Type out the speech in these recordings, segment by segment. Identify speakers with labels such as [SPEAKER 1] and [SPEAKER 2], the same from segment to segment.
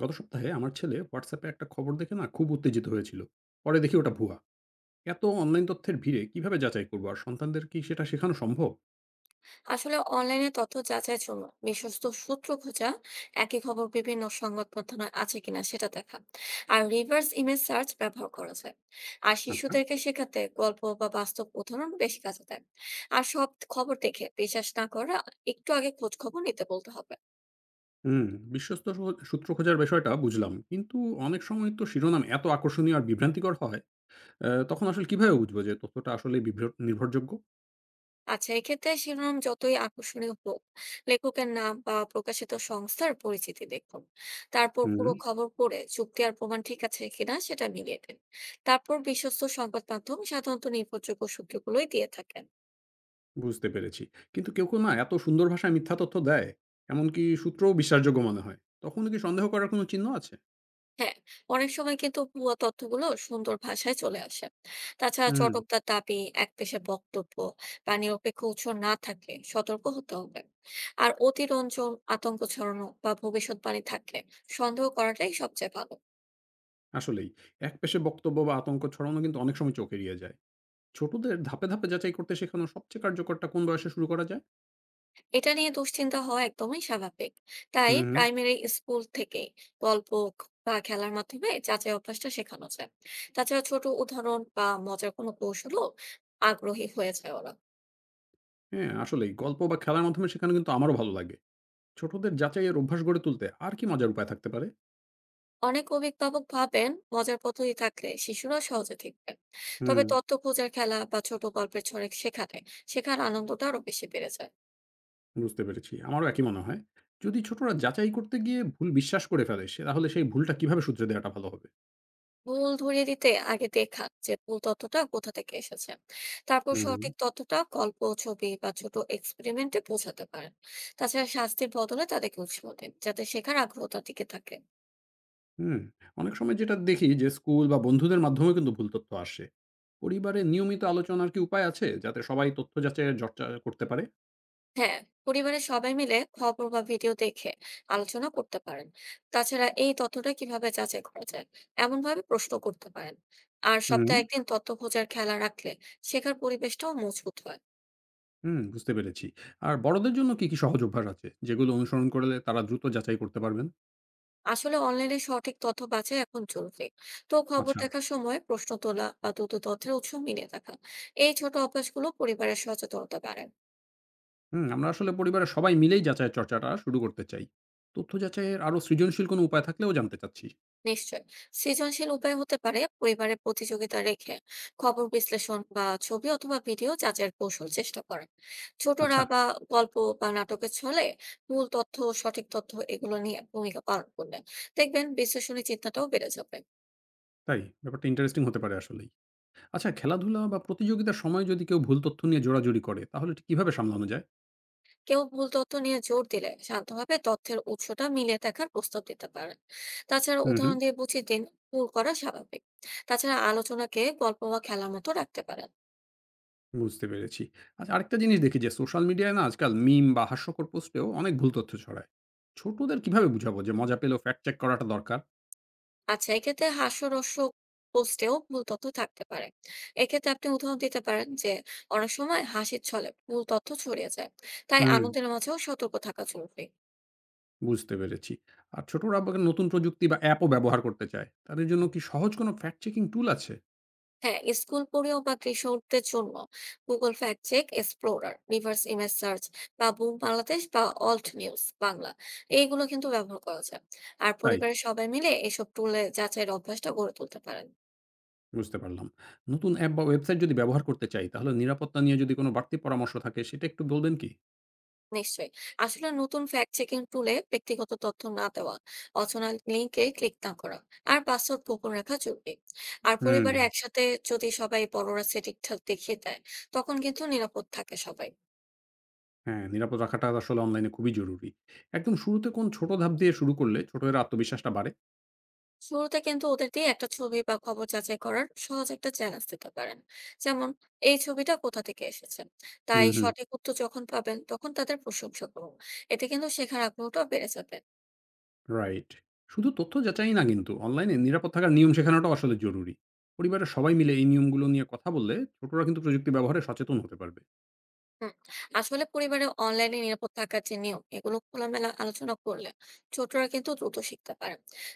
[SPEAKER 1] গত সপ্তাহে আমার ছেলে হোয়াটসঅ্যাপে একটা খবর দেখে না খুব উত্তেজিত হয়েছিল, পরে দেখি ওটা ভুয়া। এত অনলাইন তথ্যের ভিড়ে কিভাবে যাচাই করবো আর সন্তানদের কি সেটা শেখানো সম্ভব?
[SPEAKER 2] আসলে অনলাইনে তথ্য যাচাইয়ের জন্য বিশ্বস্ত সূত্র খোঁজা, একই খবর বিভিন্ন সংবাদ মাধ্যমে আছে কিনা সেটা দেখা, আর রিভার্স ইমেজ সার্চ ব্যবহার করা যায়। আর
[SPEAKER 1] আচ্ছা।
[SPEAKER 2] শিশুদেরকে শেখাতে গল্প বা বাস্তব উদাহরণ বেশি কাজে দেয়। আর সব খবর দেখে বিশ্বাস না করা, একটু আগে খোঁজ খবর নিতে বলতে হবে।
[SPEAKER 1] হুম। বিশ্বস্ত সূত্র খোঁজার বিষয়টা বুঝলাম, কিন্তু অনেক সময় তো শিরোনাম এত আকর্ষণীয় আর বিভ্রান্তিকর হয়। তখন আসলে কিভাবে বুঝবো যে তথ্যটা আসলে নির্ভরযোগ্য?
[SPEAKER 2] আচ্ছা, এক্ষেত্রে শিরোনাম যতই আকর্ষণীয় হোক, লেখকের নাম বা প্রকাশিত সংস্থার পরিচিতি দেখুন। তারপর
[SPEAKER 1] হুম।
[SPEAKER 2] পুরো খবর পড়ে চুক্তি আর প্রমাণ ঠিক আছে কিনা সেটা মিলিয়ে দিন। তারপর বিশ্বস্ত সংবাদ মাধ্যম সাধারণত নির্ভরযোগ্য সূত্রগুলোই দিয়ে থাকেন।
[SPEAKER 1] বুঝতে পেরেছি। কিন্তু কেউ কেউ না এত সুন্দর ভাষায় মিথ্যা তথ্য দেয়, এমনকি সূত্রও বিশ্বাসযোগ্য মনে হয়। তখন কি সন্দেহ করার কোনো চিহ্ন আছে?
[SPEAKER 2] হ্যাঁ, অনেক সময় কিন্তু ভুয়া তথ্যগুলো সুন্দর ভাষায় চলে আসে। তাছাড়া
[SPEAKER 1] হুম।
[SPEAKER 2] চটকদার দাবি, একপেশে বক্তব্য বা নিরপেক্ষ উৎস না থাকলে সতর্ক হতে হবে। আর অতিরঞ্জন, আতঙ্ক ছড়ানো বা ভবিষ্যৎবাণী থাকলে সন্দেহ করাটাই সবচেয়ে ভালো।
[SPEAKER 1] আসলেই। একপেশে বক্তব্য বা আতঙ্ক ছড়ানো কিন্তু অনেক সময় চোখ এড়িয়ে যায়। ছোটদের ধাপে, ধাপে যাচাই করতে শেখানোর সবচেয়ে কার্যকরটা কোন বয়সে শুরু করা যায়?
[SPEAKER 2] এটা নিয়ে দুশ্চিন্তা হওয়া একদমই স্বাভাবিক। তাই
[SPEAKER 1] হুম, হুম।
[SPEAKER 2] প্রাইমারি স্কুল থেকে গল্প বা খেলার মাধ্যমে যাচাই অভ্যাসটা শেখানো যায়। তাছাড়া ছোট উদাহরণ বা মজার কোনো কৌশলও আগ্রহী হয়ে যায় ওরা।
[SPEAKER 1] হ্যাঁ, আসলেই গল্প বা খেলার মাধ্যমে শেখানো কিন্তু আমারও ভালো লাগে। ছোটদের যাচাইয়ের অভ্যাস গড়ে তুলতে আর কি মজার উপায় থাকতে পারে?
[SPEAKER 2] অনেক অভিভাবক ভাবেন মজার পদ্ধতি থাকলে শিশুরা সহজে শিখবে। তবে
[SPEAKER 1] হুম।
[SPEAKER 2] তথ্য খোঁজার খেলা বা ছোট গল্পের ছড়ে শেখালে শেখার আনন্দটা আরো বেশি বেড়ে যায়।
[SPEAKER 1] বুঝতে পেরেছি। আমারও একই মনে হয়। যদি ছোটরা যাচাই করতে গিয়ে ভুল বিশ্বাস করে ফেলে সে, তাহলে সেই ভুলটা কিভাবে শুধরে দেওয়াটা ভালো হবে?
[SPEAKER 2] ভুল ধরিয়ে দিতে আগে দেখা যে ভুল তথ্যটা কোথা থেকে এসেছে, তারপর
[SPEAKER 1] হুম।
[SPEAKER 2] সঠিক তথ্যটা গল্প, ছবি বা ছোট এক্সপেরিমেন্টে পৌঁছাতে পারেন। তাছাড়া শাস্তির বদলে তাদেরকে উৎসাহ দিন, যাতে শেখার আগ্রহটা টিকে থাকে।
[SPEAKER 1] হুম, অনেক সময় যেটা দেখি যে স্কুল বা বন্ধুদের মাধ্যমেও কিন্তু ভুল তথ্য আসে। পরিবারে নিয়মিত আলোচনার কি উপায় আছে যাতে সবাই তথ্য যাচাইয়ের চর্চা করতে পারে?
[SPEAKER 2] হ্যাঁ, পরিবারের সবাই মিলে খবর বা ভিডিও দেখে আলোচনা করতে পারেন। তাছাড়া এই তথ্যটা কিভাবে যাচাই করা যায়, এমন ভাবে প্রশ্ন করতে পারেন। আর
[SPEAKER 1] হুম,
[SPEAKER 2] সপ্তাহে একদিন তথ্য খোঁজার খেলা রাখলে শেখার পরিবেশটাও মজবুত হয়।
[SPEAKER 1] হুম, বুঝতে পেরেছি। আর বড়দের জন্য কি, কি সহজ অভ্যাস আছে যেগুলো অনুসরণ করলে তারা দ্রুত যাচাই করতে পারবেন?
[SPEAKER 2] আসলে অনলাইনে সঠিক তথ্য বাছাই এখন জরুরি। তো খবর
[SPEAKER 1] আচ্ছা,
[SPEAKER 2] দেখার সময় প্রশ্ন তোলা বা দ্রুত তথ্যের উৎস মিলিয়ে দেখা, এই ছোট অভ্যাসগুলো পরিবারের সচেতনতা বাড়ায়।
[SPEAKER 1] হুম, আমরা আসলে পরিবারের সবাই মিলেই যাচাইয়ের চর্চাটা শুরু করতে চাই। তথ্য যাচাইয়ের আরো সৃজনশীল কোনো উপায় থাকলেও জানতে চাচ্ছি।
[SPEAKER 2] নিশ্চয়, সৃজনশীল উপায় হতে পারে পরিবারের প্রতিযোগিতা রেখে খবর বিশ্লেষণ বা ছবি অথবা ভিডিও যাচাইয়ের কৌশল চেষ্টা করেন ছোটরা,
[SPEAKER 1] আচ্ছা,
[SPEAKER 2] বা গল্প বা নাটকের ছলে মূল তথ্য, সঠিক তথ্য এগুলো নিয়ে ভূমিকা পালন করলে দেখবেন বিশ্লেষণী চিন্তাটাও বেড়ে যাবে।
[SPEAKER 1] তাই? ব্যাপারটা ইন্টারেস্টিং হতে পারে আসলেই। আচ্ছা, খেলাধুলা বা প্রতিযোগিতার সময় যদি কেউ ভুল তথ্য নিয়ে জোরাজুরি করে তাহলে ঠিক কিভাবে সামলানো যায়?
[SPEAKER 2] কেউ ভুল তথ্য নিয়ে জোর দিলে শান্তভাবে তথ্যের উৎসটা মিলিয়ে দেখার প্রস্তাব দিতে পারেন। তাছাড়া
[SPEAKER 1] হুম, হুম।
[SPEAKER 2] উদাহরণ দিয়ে বুঝিয়ে দিন ভুল করা স্বাভাবিক। তাছাড়া আলোচনাকে গল্প বা খেলার মতো রাখতে পারেন।
[SPEAKER 1] বুঝতে পেরেছি। আচ্ছা আরেকটা জিনিস দেখি যে সোশ্যাল মিডিয়ায় না আজকাল মিম বা হাস্যকর পোস্টেও অনেক ভুল তথ্য ছড়ায়। ছোটদের কিভাবে বুঝাবো যে মজা পেলেও ফ্যাক্ট চেক করাটা দরকার?
[SPEAKER 2] আচ্ছা, এক্ষেত্রে হাস্যরস পোস্টেও ভুল তথ্য থাকতে পারে। এক্ষেত্রে আপনি উদাহরণ দিতে পারেন যে অনেক সময় হাসির ছলে ভুল তথ্য ছড়িয়ে যায়, তাই
[SPEAKER 1] হুম।
[SPEAKER 2] আনন্দের মাঝেও সতর্ক থাকা জরুরি।
[SPEAKER 1] বুঝতে পেরেছি। আর ছোটরা আবার নতুন প্রযুক্তি বা অ্যাপও ব্যবহার করতে চায়। তাদের জন্য কি সহজ কোনো ফ্যাক্ট চেকিং টুল আছে?
[SPEAKER 2] হ্যাঁ, স্কুল পড়েও বা কৃষকদের জন্য Google fact check explorer, reverse image search বা বুম বাংলাদেশ বা অল্ট নিউজ বাংলা, এইগুলো কিন্তু ব্যবহার করা যায়। আর
[SPEAKER 1] তাই,
[SPEAKER 2] পরিবারের সবাই মিলে এসব টুলে যাচাইয়ের অভ্যাসটা গড়ে তুলতে পারেন।
[SPEAKER 1] বুঝতে পারলাম। নতুন অ্যাপ বা ওয়েবসাইট যদি ব্যবহার করতে চাই তাহলে নিরাপত্তা নিয়ে যদি কোনো বাড়তি পরামর্শ থাকে সেটা একটু বলবেন কি?
[SPEAKER 2] নিশ্চয়ই, আসলে নতুন ফ্যাক্ট চেকিং টুলে ব্যক্তিগত তথ্য না দেওয়া, অচেনা লিঙ্কে ক্লিক না করা আর পাসওয়ার্ড গোপন রাখা জরুরি। আর
[SPEAKER 1] হুম।
[SPEAKER 2] পরিবারে একসাথে যদি সবাই, বড়রা সেটিংটা দেখিয়ে দেয়, তখন কিন্তু নিরাপদ থাকে সবাই।
[SPEAKER 1] হ্যাঁ, নিরাপদ রাখাটা আসলে অনলাইনে খুবই জরুরি। একদম শুরুতে কোন ছোট ধাপ দিয়ে শুরু করলে ছোটদের আত্মবিশ্বাসটা বাড়ে?
[SPEAKER 2] শুরুতে কিন্তু ওদের দিয়ে একটা ছবি বা খবর যাচাই করার সহজ একটা চ্যালেঞ্জ দিতে পারেন। যেমন, এই ছবিটা কোথা থেকে এসেছে। তাই
[SPEAKER 1] হুম, হুম।
[SPEAKER 2] সঠিক উত্তর যখন পাবেন তখন তাদের প্রশংসা করুন। এতে কিন্তু শেখার আগ্রহটা বেড়ে যাবে।
[SPEAKER 1] রাইট। শুধু তথ্য যাচাই না কিন্তু, অনলাইনে নিরাপদ থাকার নিয়ম শেখানোটাও আসলে জরুরি। পরিবারের সবাই মিলে এই নিয়মগুলো নিয়ে কথা বললে ছোটরা কিন্তু প্রযুক্তি ব্যবহারে সচেতন হতে পারবে।
[SPEAKER 2] হুম, আসলে পরিবারে অনলাইনে নিরাপদ থাকার যে নিয়ম, এগুলো খোলামেলা আলোচনা করলে ছোটরা কিন্তু দ্রুত শিখতে পারে।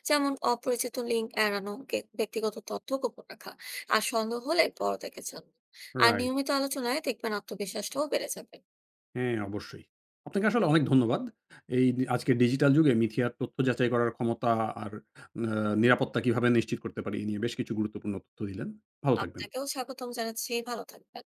[SPEAKER 2] যেমন অপরিচিত লিঙ্ক এড়ানো, ব্যক্তিগত তথ্য গোপন রাখা আর সন্দেহ হলে বড় দেখেছেন। আর
[SPEAKER 1] রাইট।
[SPEAKER 2] নিয়মিত আলোচনায় দেখবেন আত্মবিশ্বাসটাও বেড়ে যাবে।
[SPEAKER 1] হ্যাঁ, অবশ্যই। আপনাকে আসলে অনেক ধন্যবাদ। এই ডি আজকের ডিজিটাল যুগে মিথিয়ার তথ্য যাচাই করার ক্ষমতা আর নিরাপত্তা কিভাবে নিশ্চিত করতে পারি, এই নিয়ে বেশ কিছু গুরুত্বপূর্ণ তথ্য দিলেন। ভালো থাকবেন।
[SPEAKER 2] আপনাকেও স্বাগতম জানাচ্ছি। ভালো থাকবেন।